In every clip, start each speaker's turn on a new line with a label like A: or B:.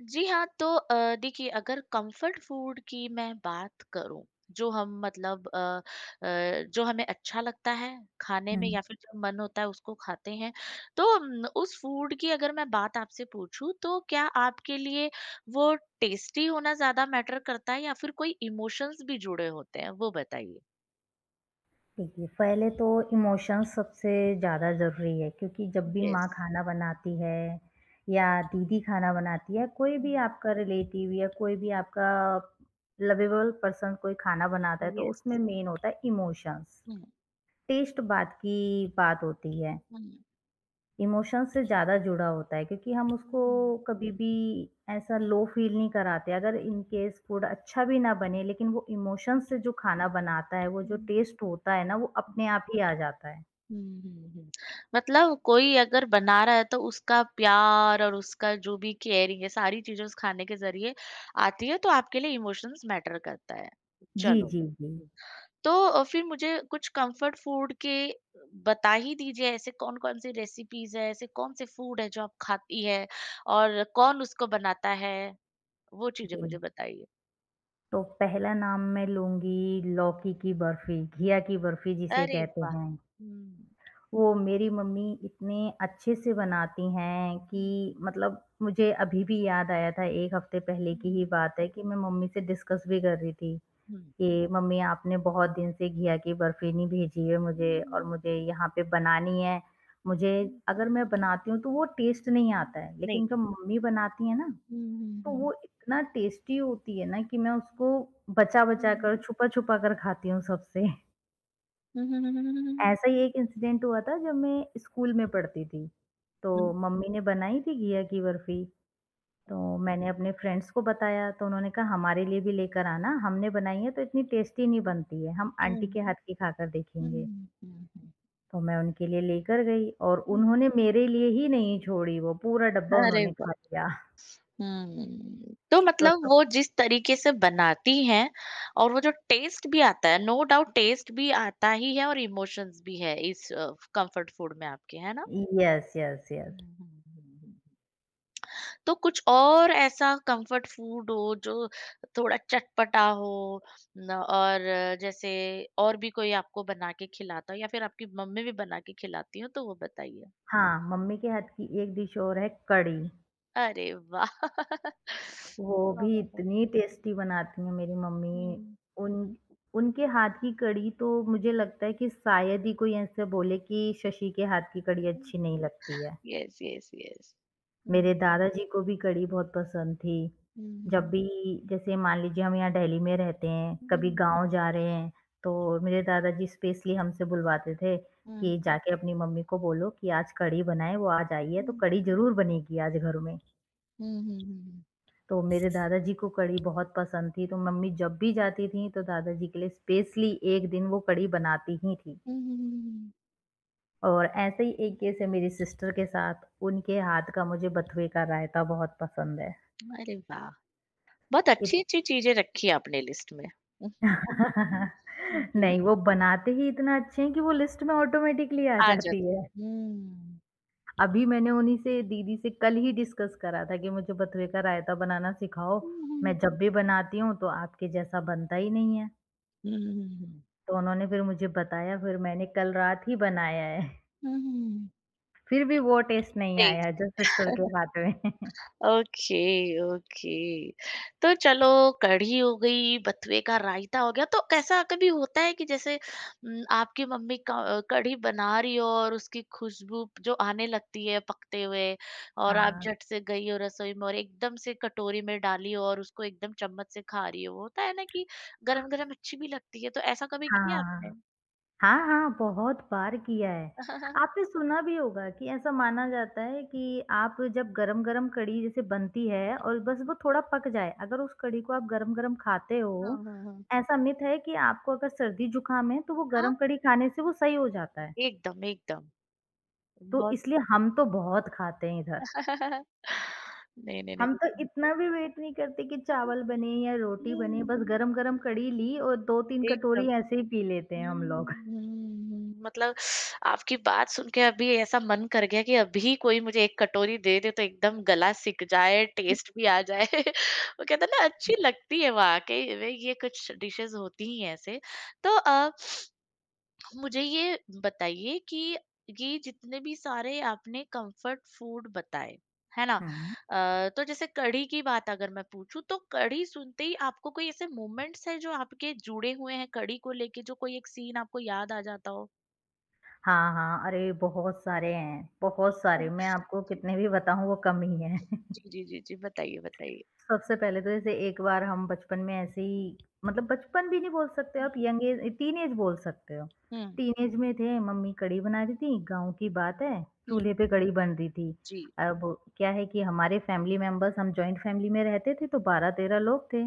A: जी हाँ, तो देखिए अगर कंफर्ट फूड की मैं बात करूँ, जो हम मतलब जो हमें अच्छा लगता है खाने में
B: हुँ।
A: या फिर जो मन होता है उसको खाते हैं, तो उस फूड की अगर मैं बात आपसे पूछूँ तो क्या आपके लिए वो टेस्टी होना ज़्यादा मैटर करता है या फिर कोई इमोशंस भी जुड़े होते हैं? वो बताइए?
B: देखिए, पहले तो इमोशंस सबसे ज़्यादा ज़रूरी है क्योंकि जब भी माँ
A: येस।
B: खाना बनाती है या दीदी खाना बनाती है, कोई भी
A: हुँ,
B: आपका रिलेटिव या कोई भी आपका लवेबल पर्सन कोई खाना बनाता है, तो
A: येस।
B: उसमें मेन होता है इमोशंस।
A: हुँ,
B: टेस्ट बाद की बात होती है।
A: हुँ,
B: इमोशन से ज़्यादा जुड़ा होता है क्योंकि हम उसको
A: हुँ,
B: कभी भी ऐसा लो फील नहीं कराते अगर इन केस फूड अच्छा भी ना बने लेकिन वो इमोशन से
A: हुँ,
B: जो खाना बनाता है, वो जो
A: हुँ।
B: टेस्ट होता है ना, वो अपने आप ही आ जाता है।
A: हुँ, हुँ, हुँ। मतलब कोई अगर बना रहा है तो उसका प्यार और उसका जो भी केयरिंग है सारी चीज़ें उस खाने के ज़रिए आती है तो आपके लिए इमोशंस मैटर करता है।
B: जी,
A: चलो।
B: जी, जी,
A: हुँ। तो फिर मुझे कुछ कम्फर्ट फूड के बता ही दीजिए ऐसे कौन-कौन सी रेसिपीज़ हैं, ऐसे कौन से फूड हैं जो आप खाती हैं और कौन उसको बनाता है? वो चीज़ें
B: जी।
A: मुझे बताइए।
B: तो पहला नाम मैं लूँगी लौकी की बर्फ़ी, घिया की बर्फ़ी जिसे
A: अरे
B: कहते
A: वाह!
B: हैं।
A: हुँ।
B: वो मेरी मम्मी इतने अच्छे से बनाती हैं कि
A: हुँ।
B: मतलब मुझे अभी भी याद आया था 1 हफ़्ते पहले की ही बात है कि मैं मम्मी से डिस्कस भी कर रही थी कि मम्मी आपने बहुत दिन से घिया की बर्फी नहीं भेजी है मुझे और
A: हुँ।
B: मुझे यहाँ पे बनानी है। मुझे अगर मैं बनाती हूँ तो वो टेस्ट नहीं आता है,
A: नहीं।
B: लेकिन जब मम्मी बनाती हैं ना,
A: हुँ,
B: तो
A: हुँ,
B: वो इतना टेस्टी होती है ना कि मैं उसको बचा-बचा
A: हुँ।
B: कर, छुपा-छुपा कर खाती हूँ सबसे।
A: हुँ, हुँ, हुँ,
B: ऐसा ही एक इंसिडेंट हुआ था जब मैं स्कूल में पढ़ती थी, तो
A: हुँ,
B: मम्मी ने बनाई थी घिया की बर्फी तो मैंने अपने फ्रेंड्स को बताया तो उन्होंने कहा हमारे लिए भी लेकर आना, हमने बनाई है तो इतनी टेस्टी नहीं बनती है, हम आंटी के हाथ की खाकर देखेंगे।
A: हुँ,
B: तो मैं उनके लिए लेकर गई और
A: हुँ।
B: उन्होंने मेरे लिए ही नहीं छोड़ी वो, पूरा डब्बा
A: अरे
B: उन्होंने
A: वाह!
B: खा लिया।
A: हुँ, तो
B: तो
A: मतलब
B: तो
A: वो जिस तरीके से बनाती हैं और वो जो टेस्ट भी आता है, नो डाउट टेस्ट भी आता ही है और इमोशंस भी है इस कम्फर्ट फूड में आपके, है ना?
B: Yes, yes, yes.
A: हुँ, हुँ, हुँ, हुँ। तो कुछ और ऐसा कम्फर्ट फूड हो जो थोड़ा चटपटा हो न और जैसे और भी कोई आपको बना के खिलाता हो या फिर आपकी मम्मी भी बना के खिलाती हो, तो वो बताइए?
B: हाँ, मम्मी के हाथ की एक डिश और है कढ़ी,
A: अरे वाह!
B: वो
A: वाह,
B: भी
A: वाह, वाह!
B: इतनी टेस्टी बनाती हैं मेरी मम्मी।
A: हुँ,
B: उन उनके हाथ की कढ़ी तो मुझे लगता है कि शायद ही कोई ऐसे बोले कि शशि के हाथ की कढ़ी
A: हुँ।
B: अच्छी नहीं लगती है।
A: Yes, yes, yes. हुँ,
B: मेरे
A: हुँ,
B: दादाजी को भी कढ़ी बहुत पसंद थी।
A: हुँ,
B: जब भी जैसे मान लीजिए हम यहाँ दिल्ली में रहते हैं,
A: हुँ,
B: कभी
A: हुँ,
B: गाँव जा रहे हैं, तो मेरे दादाजी स्पेशली हमसे बुलवाते थे
A: हुँ,
B: कि जाके अपनी मम्मी को बोलो कि आज कढ़ी बनाएँ, वो आज आई है तो कढ़ी ज़रूर बनेगी आज घर में।
A: हुँ, हुँ, हुँ,
B: तो मेरे दादाजी को कढ़ी बहुत पसंद थी, तो मम्मी जब भी जाती थी तो दादाजी के लिए स्पेशली एक दिन वो कढ़ी बनाती ही थी।
A: हुँ, हुँ, हुँ।
B: और ऐसे ही एक केस है मेरी सिस्टर के साथ, उनके हाथ का मुझे बथुए का रायता बहुत पसंद है।
A: अरे वाह! बहुत अच्छी-अच्छी चीज़ें रखी है आपने लिस्ट में। हम्म, जी,
B: नहीं, वो बनाते ही इतना अच्छे हैं कि वो लिस्ट में ऑटोमैटिकली आ
A: आ
B: जाती है।
A: जाती। हुँ।
B: अभी मैंने उन्हीं से दीदी से कल ही डिस्कस करा था कि मुझे बथुए का रायता बनाना सिखाओ,
A: हुँ, हुँ,
B: मैं जब
A: हुँ,
B: भी बनाती हूँ तो आपके जैसा बनता ही नहीं है।
A: हुँ, हुँ, हुँ,
B: तो उन्होंने फिर मुझे बताया, फिर मैंने कल रात ही बनाया है।
A: हुँ, हुँ।
B: फिर भी वो टेस्ट नहीं आया
A: टेस्ट।
B: जो सिस्टर के हाथ में।
A: ओके ओके तो चलो कढ़ी हो गई बथुए का रायता हो गया तो कैसा कभी होता है कि जैसे न, आपकी मम्मी का- कढ़ी बना रही हो और उसकी खुशबू जो आने लगती है पकते हुए और आप
B: हाँ,
A: झट से गई हो रसोई में और एकदम से कटोरी में डाली हो और उसको एकदम चम्मच से खा रही हो वो होता है ना कि गरम गरम अच्छी भी लगती है तो ऐसा कभी किया
B: हाँ।
A: आपने
B: हाँ, हाँ, बहुत बार किया है। आपने सुना भी होगा कि ऐसा माना जाता है कि आप जब गरम-गरम कढ़ी जैसे बनती है और बस वो थोड़ा पक जाए, अगर उस कढ़ी को आप गरम-गरम खाते
A: हाँ
B: हो,
A: हाँ हाँ
B: ऐसा मिथ है कि आपको अगर सर्दी-जुकाम है, तो वो
A: हाँ
B: गरम कढ़ी खाने से वो सही हो जाता है।
A: एकदम एकदम
B: तो
A: बहुत
B: इसलिए हम तो बहुत खाते हैं इधर।
A: नहीं नहीं
B: हम
A: नहीं
B: तो इतना भी वेट नहीं करते कि चावल बने या रोटी बने, बस
A: हुँ,
B: गरम-गरम कढ़ी ली और 2-3
A: एकदम।
B: कटोरी ऐसे ही पी लेते हैं हम लोग।
A: हुँ, हुँ, हुँ, मतलब आपकी बात सुन के अभी ऐसा मन कर गया कि अभी कोई मुझे 1 कटोरी दे दे तो एकदम गला सिक जाए, टेस्ट भी आ जाए। वो कहते हैं ना अच्छी लगती है वाक़ई में ये कुछ डिशेज़ होती ही हैं ऐसे। तो मुझे ये बताइए कि ये जितने भी सारे आपने कंफर्ट फूड बताए है ना
B: हुँ।
A: तो जैसे कढ़ी की बात अगर मैं पूछूं तो कढ़ी सुनते ही आपको कोई ऐसे मोमेंट्स है जो आपके जुड़े हुए हैं कढ़ी को लेके जो कोई एक सीन आपको याद आ जाता हो
B: हाँ, हाँ। अरे! बहुत सारे हैं, बहुत सारे। मैं आपको
A: जी
B: कितने भी बताऊँ वो कम ही हैं।
A: जी जी जी जी बताइए बताइए
B: सबसे पहले तो जैसे एक बार हम बचपन में ऐसे ही मतलब बचपन भी नहीं बोल सकते आप यंग एज टीनेज बोल सकते हो।
A: हम्म
B: टीनेज में थे, मम्मी कढ़ी बना रही थी, गाँव की बात है,
A: हम्म
B: चूल्हे पे कढ़ी बन रही थी।
A: जी
B: अब क्या है कि हमारे फैमिली मेंबर्स हम जॉइंट फैमिली में रहते थे तो 12-13 लोग थे।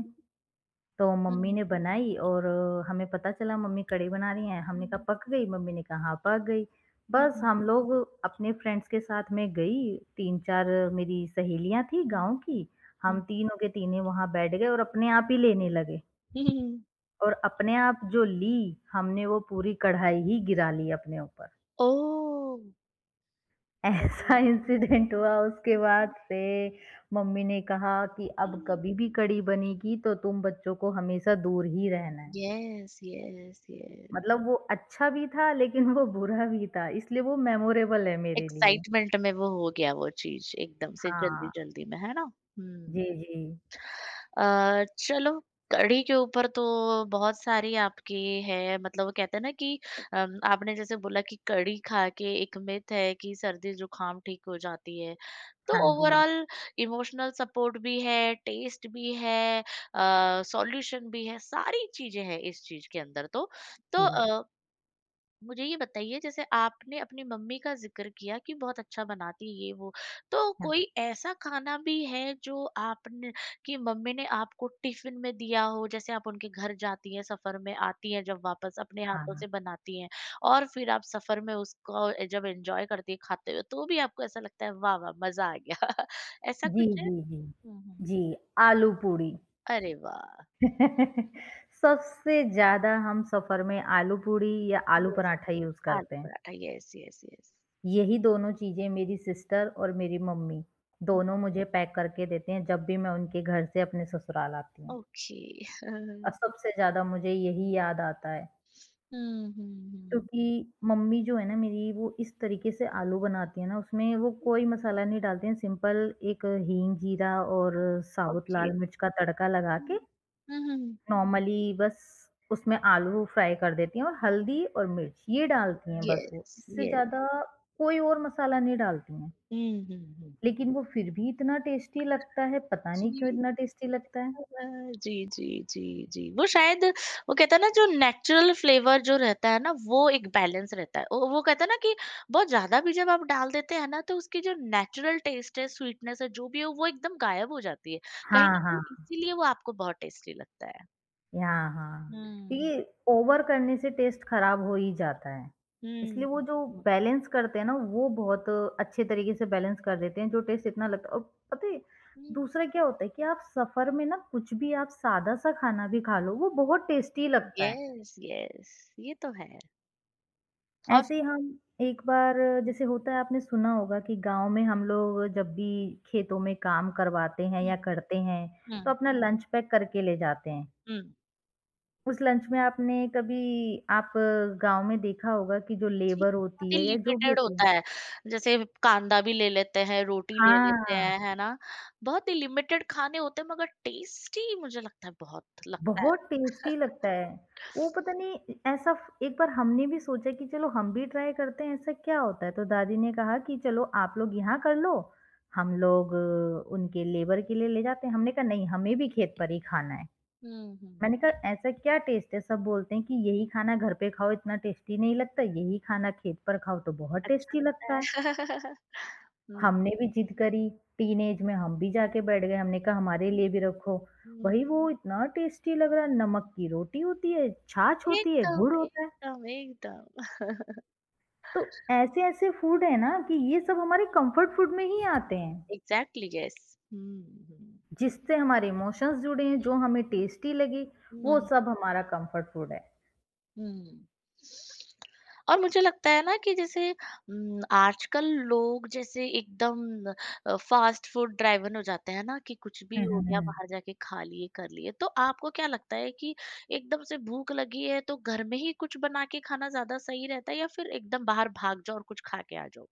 B: तो मम्मी
A: हम्म
B: ने बनाई और हमें पता चला मम्मी कढ़ी बना रही हैं, हमने कहा
A: हम्म
B: पक गई? मम्मी ने कहा हाँ, पक गई।
A: हम्म
B: बस
A: हम्म,
B: हम लोग अपने फ्रेंड्स के साथ मैं गई, 3-4 मेरी सहेलियाँ थी गाँव की, हम तीनों के तीनों वहाँ बैठ गए और अपने आप ही लेने लगे
A: हम्म, हम्म।
B: और अपने आप जो ली, हमने वो पूरी कढ़ाई ही गिरा ली अपने ऊपर।
A: ओ
B: ऐसा
A: अरे,
B: इंसिडेंट हुआ उसके बाद से मम्मी ने कहा कि अब कभी भी कढ़ी बनेगी तो तुम बच्चों को हमेशा दूर ही रहना है।
A: यस यस यस
B: मतलब वो अच्छा भी था लेकिन वो बुरा भी था, इसलिए वो मेमोरेबल है मेरे लिए।
A: एक्साइटमेंट में वो हो गया वो चीज़ एकदम से
B: हाँ,
A: जल्दी-जल्दी में, है ना?
B: जी,
A: हुँ।
B: जी।
A: चलो कढ़ी के ऊपर तो बहुत सारी आपकी है मतलब वो कहते हैं ना कि आपने जैसे बोला कि कढ़ी खा के एक मिथ है कि सर्दी-जुकाम ठीक हो जाती है। तो
B: हाँ जी,
A: ओवरऑल इमोशनल सपोर्ट भी है, टेस्ट भी है सॉल्यूशन भी है, सारी चीज़ें हैं इस चीज़ के अंदर तो। तो
B: जी।
A: मुझे ये बताइए जैसे आपने अपनी मम्मी का ज़िक्र किया कि बहुत अच्छा बनाती है ये वो। तो
B: हाँ,
A: कोई ऐसा खाना भी है जो आपने कि मम्मी ने आपको टिफ़िन में दिया हो जैसे आप उनके घर जाती हैं सफ़र में आती हैं जब वापस अपने
B: हाँ।
A: हाथों
B: हाँ।
A: से बनाती हैं और फ़िर आप सफ़र में उसको जब एन्जॉय करती है खाते हुए तो भी आपको ऐसा लगता है वाह, वाह मज़ा आ गया ऐसा
B: जी,
A: कुछ है?
B: जी, जी।
A: हुँ, हुँ।
B: जी, आलू पूड़ी।
A: अरे वाह!
B: सबसे ज़्यादा हम सफ़र में आलू पूड़ी या आलू
A: यस
B: पराठा यूज़
A: आलू
B: करते हैं।
A: Paratha yes, yes, yes.
B: यही दोनों चीज़ें मेरी सिस्टर और मेरी मम्मी, दोनों मुझे पैक करके देते हैं जब भी मैं उनके घर से अपने ससुराल आती हूँ।
A: ओके।
B: और सबसे ज़्यादा मुझे यही याद आता है
A: हुँ, हुँ,
B: क्योंकि
A: हुँ।
B: मम्मी जो है ना मेरी वो इस तरीके से आलू बनाती है ना उसमें वो कोई मसाला नहीं डालते हैं सिंपल एक हींग जीरा और साबुत
A: ओके।
B: लाल मिर्च का तड़का लगा
A: हुँ,
B: के
A: हुँ।
B: नॉर्मली बस उसमें आलू फ्राई कर देती हैं और हल्दी और मिर्च ये डालती हैं बस वो
A: येस,
B: इससे
A: येस।
B: ज़्यादा कोई और मसाला नहीं डालती हैं।
A: हुँ, हुँ, हुँ।
B: लेकिन वो फिर भी इतना टेस्टी लगता है, पता नहीं क्यों
A: जी।
B: इतना टेस्टी लगता है।
A: अ, जी, जी, जी, जी। वो शायद वो कहते हैं ना जो नेचुरल फ्लेवर जो रहता है ना वो एक बैलेंस रहता है। वो कहते हैं ना कि बहुत ज़्यादा भी जब आप डाल देते हैं ना तो उसकी जो नेचुरल टेस्ट है, स्वीटनेस है, जो भी है वो एकदम गायब हो जाती है। कहीं न
B: हाँ,
A: कहीं
B: हाँ।
A: इसीलिए वो आपको बहुत टेस्टी लगता है।
B: यहाँ हाँ,
A: हुँ, हुँ,
B: क्योंकि ओवर करने से टेस्ट खराब हो ही जाता है। इसलिए
A: हुँ।
B: वो जो बैलेंस करते हैं ना, वो बहुत अच्छे तरीके से बैलेंस कर देते हैं, जो टेस्ट इतना लगता है और पता है,
A: हुँ।
B: दूसरा क्या होता है कि आप सफ़र में ना कुछ भी आप सादा-सा खाना भी खा लो, वो बहुत टेस्टी
A: हुँ।
B: लगता है।
A: Yes, yes. ये तो है। और
B: ऐसे ही हम एक बार
A: हुँ,
B: जैसे होता है आपने सुना होगा कि गाँव में हम लोग जब भी खेतों में काम करवाते हैं
A: हुँ,
B: या करते हैं,
A: हुँ,
B: तो अपना लंच पैक करके ले जाते हैं।
A: हुँ।
B: उस लंच में आपने कभी आप गाँव में देखा होगा कि जो
A: जी,
B: लेबर होती
A: बहुत ही
B: है या जो भी
A: लिमिटेड
B: होती है
A: होता है, जैसे कांदा भी ले लेते हैं, रोटी ले लेते
B: हाँ,
A: हैं, है ना? बहुत ही लिमिटेड खाने होते हैं मगर टेस्टी मुझे लगता है बहुत लगता है।
B: बहुत टेस्टी लगता है। वो पता नहीं ए ऐसा फ एक बार हमने भी सोचा कि चलो हम भी ट्राई करते हैं, ऐसा क्या होता है? तो दादी ने कहा कि चलो आप लोग यहाँ कर लो, हम लोग उनके लेबर के लिए ले जाते हैं। हमने कहा नहीं, हमें भी खेत पर ही खाना है।
A: हुँ, हुँ,
B: मैंने कहा ऐसा क्या टेस्ट है? सब बोलते हैं कि यही खाना घर पे खाओ इतना टेस्टी नहीं लगता, यही खाना खेत पर खाओ तो बहुत
A: अच्छा
B: टेस्टी लगता
A: लगता है।
B: है।
A: हुँ,
B: हमने भी जिद करी, टीनेज में हम भी जाके बैठ गए, हमने कहा हमारे
A: हुँ,
B: लिए भी रखो।
A: हुँ,
B: भई वो इतना टेस्टी लग रहा है, नमक की रोटी होती है, छाछ होती है,
A: एकदम,
B: गुड़ होता है।
A: एकदम, एकदम।
B: तो ऐसे-ऐसे फूड है ना कि ये सब हमारे कम्फर्ट फूड में ही आते हैं,
A: एग्ज़ैक्टली यस। हुँ, हुँ,
B: जिससे हमारे इमोशंस जुड़े हैं, जो हमें टेस्टी लगी, वो
A: हुँ।
B: सब हमारा कम्फर्ट फूड है।
A: हुँ। और मुझे लगता है ना कि जैसे आजकल लोग जैसे एकदम फ़ास्ट फूड ड्राइवन हो जाते हैं ना कि कुछ भी
B: हुँ,
A: हो
B: हुँ,
A: गया
B: हुँ।
A: बाहर जाके खा लिए, कर लिए। तो आपको क्या लगता है कि एकदम से भूख लगी है तो घर में ही कुछ बना के खाना ज़्यादा सही रहता है या फिर एकदम बाहर भाग जाओ और कुछ खा के आ जाओ?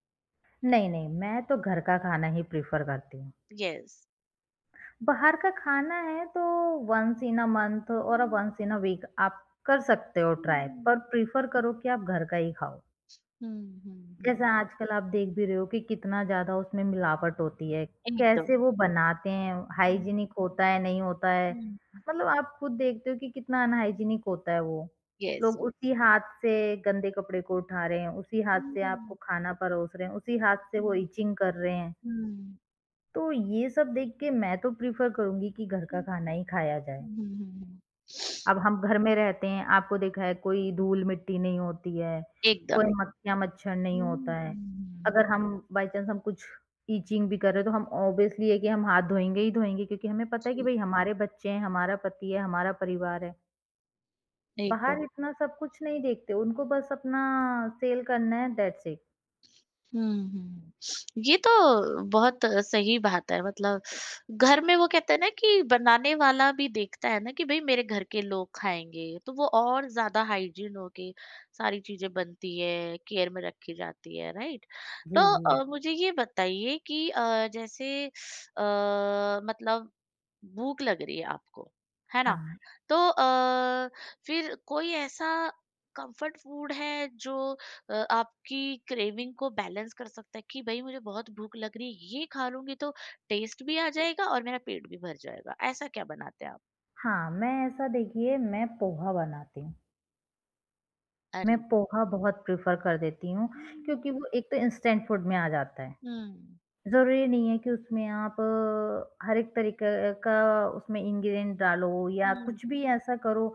B: नहीं, नहीं, मैं तो घर का खाना ही प्रेफ़र करती हूँ।
A: यस।
B: बाहर का खाना है तो वन्स इन अ मंथ और
A: हुँ,
B: वन्स इन अ वीक आप कर सकते हो
A: हुँ,
B: ट्राई पर
A: हुँ, हुँ।
B: प्रीफर करो कि आप घर का ही खाओ।
A: हुँ, हुँ,
B: जैसे
A: हुँ।
B: आजकल आप देख भी रहे हो कि कितना ज़्यादा उसमें मिलावट होती है,
A: एकदम।
B: कैसे वो बनाते हैं,
A: हुँ,
B: हाइजीनिक होता है, नहीं होता है।
A: हुँ, हुँ।
B: मतलब आप खुद देखते हो कि कितना अनहाइजीनिक होता है वो।
A: यस,
B: लोग
A: यस।
B: उसी हाथ से गंदे कपड़े को उठा रहे हैं, उसी हाथ
A: हुँ,
B: से आपको
A: हुँ,
B: खाना परोस रहे हैं, उसी हाथ से वो
A: हुँ।
B: इचिंग कर रहे हैं। तो ये सब देख के मैं तो प्रेफ़र करूँगी कि घर का
A: हुँ।
B: खाना ही खाया जाए।
A: हुँ, हुँ, हुँ, हुँ।
B: अब हम घर में रहते हैं, आपको देखा है कोई धूल-मिट्टी नहीं होती है, कोई
A: एकदम, एकदम।
B: मक्खियाँ-मच्छर नहीं होता
A: हुँ, हुँ,
B: है।
A: हुँ,
B: अगर
A: हुँ।
B: हम बाय चांस हम कुछ टीचिंग भी कर रहे हैं तो हम ऑब्वियसली है कि हम हाथ धोएँगे ही धोएँगे क्योंकि हमें पता है कि
A: जी,
B: भई हमारे बच्चे हैं, हमारा पति है, हमारा परिवार है। बाहर
A: एकदम।
B: इतना सब कुछ नहीं देखते, उनको बस अपना सेल करना है दैट्स इट।
A: हुँ, हुँ। ये तो बहुत सही बात है मतलब घर में वो कहते हैं ना कि बनाने वाला भी देखता है ना कि भई मेरे घर के लोग खाएँगे, तो वो और ज़्यादा हाइजीन होके सारी चीज़ें बनती है, केयर में रखी जाती है, राइट?
B: जी,
A: तो
B: जी।
A: मुझे ये बताइए कि जैसे मतलब भूख लग रही है आपको, है ना?
B: हाँ।
A: तो फिर कोई ऐसा कम्फर्ट फूड है जो आपकी क्रेविंग को बैलेंस कर सकता है कि भाई मुझे बहुत भूख लग रही है ये खा लूंगी तो टेस्ट भी आ जाएगा और मेरा पेट भी भर जाएगा ऐसा क्या बनाते हैं आप
B: हाँ, मैं ऐसा देखिए मैं पोहा बनाती हूँ। मैं
A: अरे वाह!
B: पोहा बहुत प्रेफ़र कर देती हूँ,
A: हम्म,
B: क्योंकि वो एक तो इंस्टेंट फूड में आ जाता है।
A: हम्म
B: ज़रूरी नहीं है कि उसमें आप हर एक तरीके का उसमें इंग्रीडिएंट डालो या
A: हम्म,
B: कुछ भी ऐसा करो।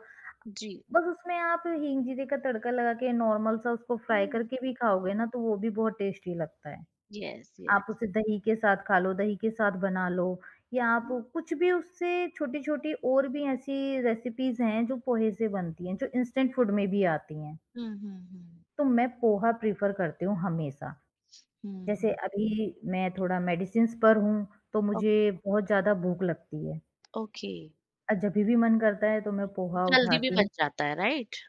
A: जी
B: बस उसमें आप हींग, जीरे का तड़का लगा के नॉर्मल सा उसको फ्राई
A: हम्म,
B: करके भी खाओगे ना, तो वो भी बहुत टेस्टी लगता है।
A: यस
B: आप
A: यस
B: उसे दही के साथ खा लो, दही के साथ बना लो या आप
A: हम्म,
B: कुछ भी उससे छोटी-छोटी और भी ऐसी रेसिपीज़ हैं जो पोहे से बनती हैं, जो इंस्टेंट फूड में भी आती हैं।
A: हम्म, हम्म,
B: तो मैं पोहा प्रेफ़र करती हूँ हमेशा।
A: हम्म,
B: जैसे
A: हम्म,
B: अभी मैं थोड़ा मेडिसिन्स पर हूँ, तो
A: ओके
B: मुझे बहुत ज़्यादा भूख लगती है
A: ओके
B: और जभी भी मन करता है तो मैं पोहा
A: जल्दी भी
B: उठाती हूँ
A: बच जाता है राइट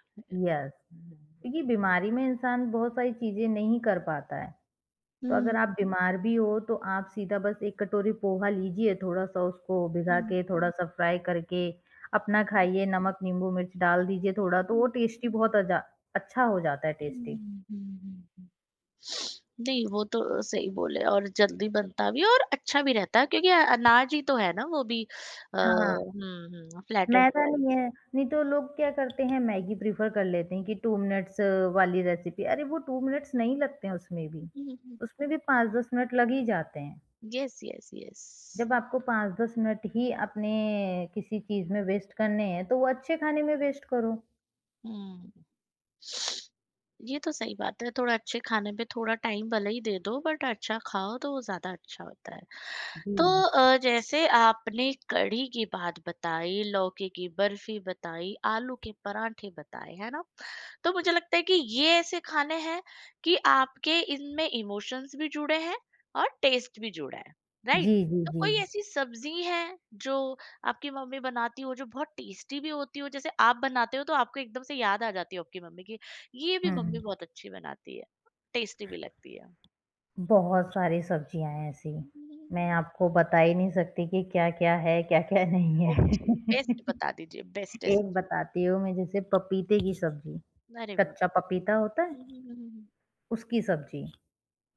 B: यस,
A: हम्म,
B: क्योंकि बीमारी में इंसान बहुत सारी चीज़ें नहीं कर पाता है। तो अगर
A: हम्म,
B: आप बीमार भी हो तो आप सीधा बस 1 कटोरी पोहा लीजिए, थोड़ा-सा उसको भिगा
A: हम्म,
B: के, थोड़ा-सा फ्राई करके अपना
A: हम्म,
B: खाइए, नमक, नींबू, मिर्च डाल दीजिए थोड़ा, तो वो
A: हम्म,
B: टेस्टी बहुत अजा अच्छा हो जाता है टेस्टी।
A: हम्म, हम्म, हम्म। नहीं, वो तो सही बोले और जल्दी बनता भी है और अच्छा भी रहता है क्योंकि अनाज ही तो है ना वो भी हाँ।
B: हाँ।
A: हुँ, हुँ, फ्लैटेंड
B: मैदा
A: राइस।
B: नहीं है, नहीं तो लोग क्या करते हैं मैगी प्रेफ़र कर लेते हैं कि 2 मिनट्स वाली रेसिपी, अरे वो 2 मिनट्स नहीं लगते हैं
A: हुँ, हुँ।
B: उसमें भी 5-10 मिनट लग ही जाते हैं।
A: Yes, yes, yes.
B: जब आपको 5-10 मिनट ही अपने किसी चीज़ में वेस्ट करने हैं, तो वो अच्छे खाने में वेस्ट करो।
A: हुँ। ये तो सही बात है, थोड़ा अच्छे खाने पे थोड़ा टाइम भले ही दे दो बट अच्छा खाओ तो वो ज़्यादा अच्छा होता है।
B: जी।
A: तो जैसे आपने कढ़ी की बात बताई, लौकी की बर्फी बताई, आलू के पराठे बताए, है ना? तो मुझे लगता है कि ये ऐसे खाने हैं कि आपके इनमें इमोशंस भी जुड़े हैं और टेस्ट भी जुड़ा है, राइट?
B: जी, जी,
A: तो
B: जी।
A: कोई ऐसी सब्ज़ी है जो आपकी मम्मी बनाती हो जो बहुत टेस्टी भी होती हो जैसे आप बनाते हो तो आपको एकदम से याद आ जाती हो आपकी मम्मी की ये भी
B: हुँ,
A: मम्मी बहुत अच्छी बनाती है, टेस्टी भी लगती है।
B: बहुत सारी सब्जियाँ हैं ऐसी,
A: हम्म,
B: मैं आपको बता ही नहीं सकती कि क्या-क्या है, क्या-क्या नहीं है।
A: ओके, बेस्ट बता दीजिए बेस्टेस्ट।
B: एक बताती हूँ मैं जैसे पपीते की सब्ज़ी,
A: अरे वाह!
B: कच्चा पपीता होता है
A: हुँ, हुँ, हुँ, हुँ, हुँ।
B: उसकी सब्ज़ी।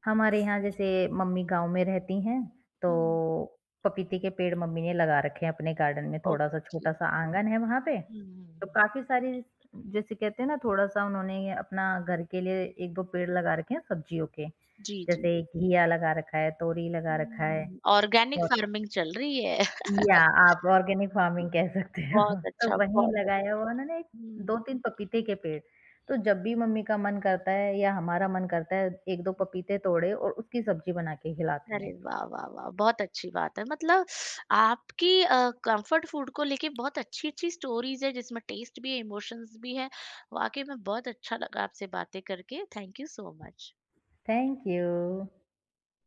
B: हमारे यहाँ जैसे मम्मी गाँव में रहती हैं,
A: हुँ।
B: तो पपीते के पेड़ मम्मी ने लगा रखे हैं अपने गार्डन में, थोड़ा-सा
A: ओके।
B: छोटा-सा आँगन है वहाँ पे,
A: हुँ,
B: तो
A: हुँ, हुँ।
B: काफ़ी सारी जैसे कहते हैं ना थोड़ा-सा उन्होंने अपना घर के लिए 1-2 पेड़ लगा रखे हैं सब्ज़ियों के,
A: जी, जी।
B: जैसे घिया लगा रखा है, तोरी लगा रखा है,
A: हुँ। ऑर्गेनिक फार्मिंग चल रही है।
B: या आप ऑर्गेनिक फार्मिंग कह सकते हो।
A: बहुत
B: तो
A: अच्छा,
B: वहीं
A: बहुत अच्छा।
B: लगाया हुआ उन्होंने
A: हुँ।
B: 2-3 पपीते के पेड़। तो जब भी मम्मी का मन करता है या हमारा मन करता है 1-2 पपीते तोड़े और उसकी सब्जी बना के खिलाती
A: अरे
B: हैं।
A: वाह, वाह, वाह! बहुत अच्छी बात है। मतलब आपकी कम्फर्ट फूड को लेके बहुत अच्छी-अच्छी स्टोरीज़ है जिसमें टेस्ट भी है, इमोशंस भी है। वाक़ई में बहुत अच्छा लगा आपसे बातें करके। Thank you so much.
B: Thank you.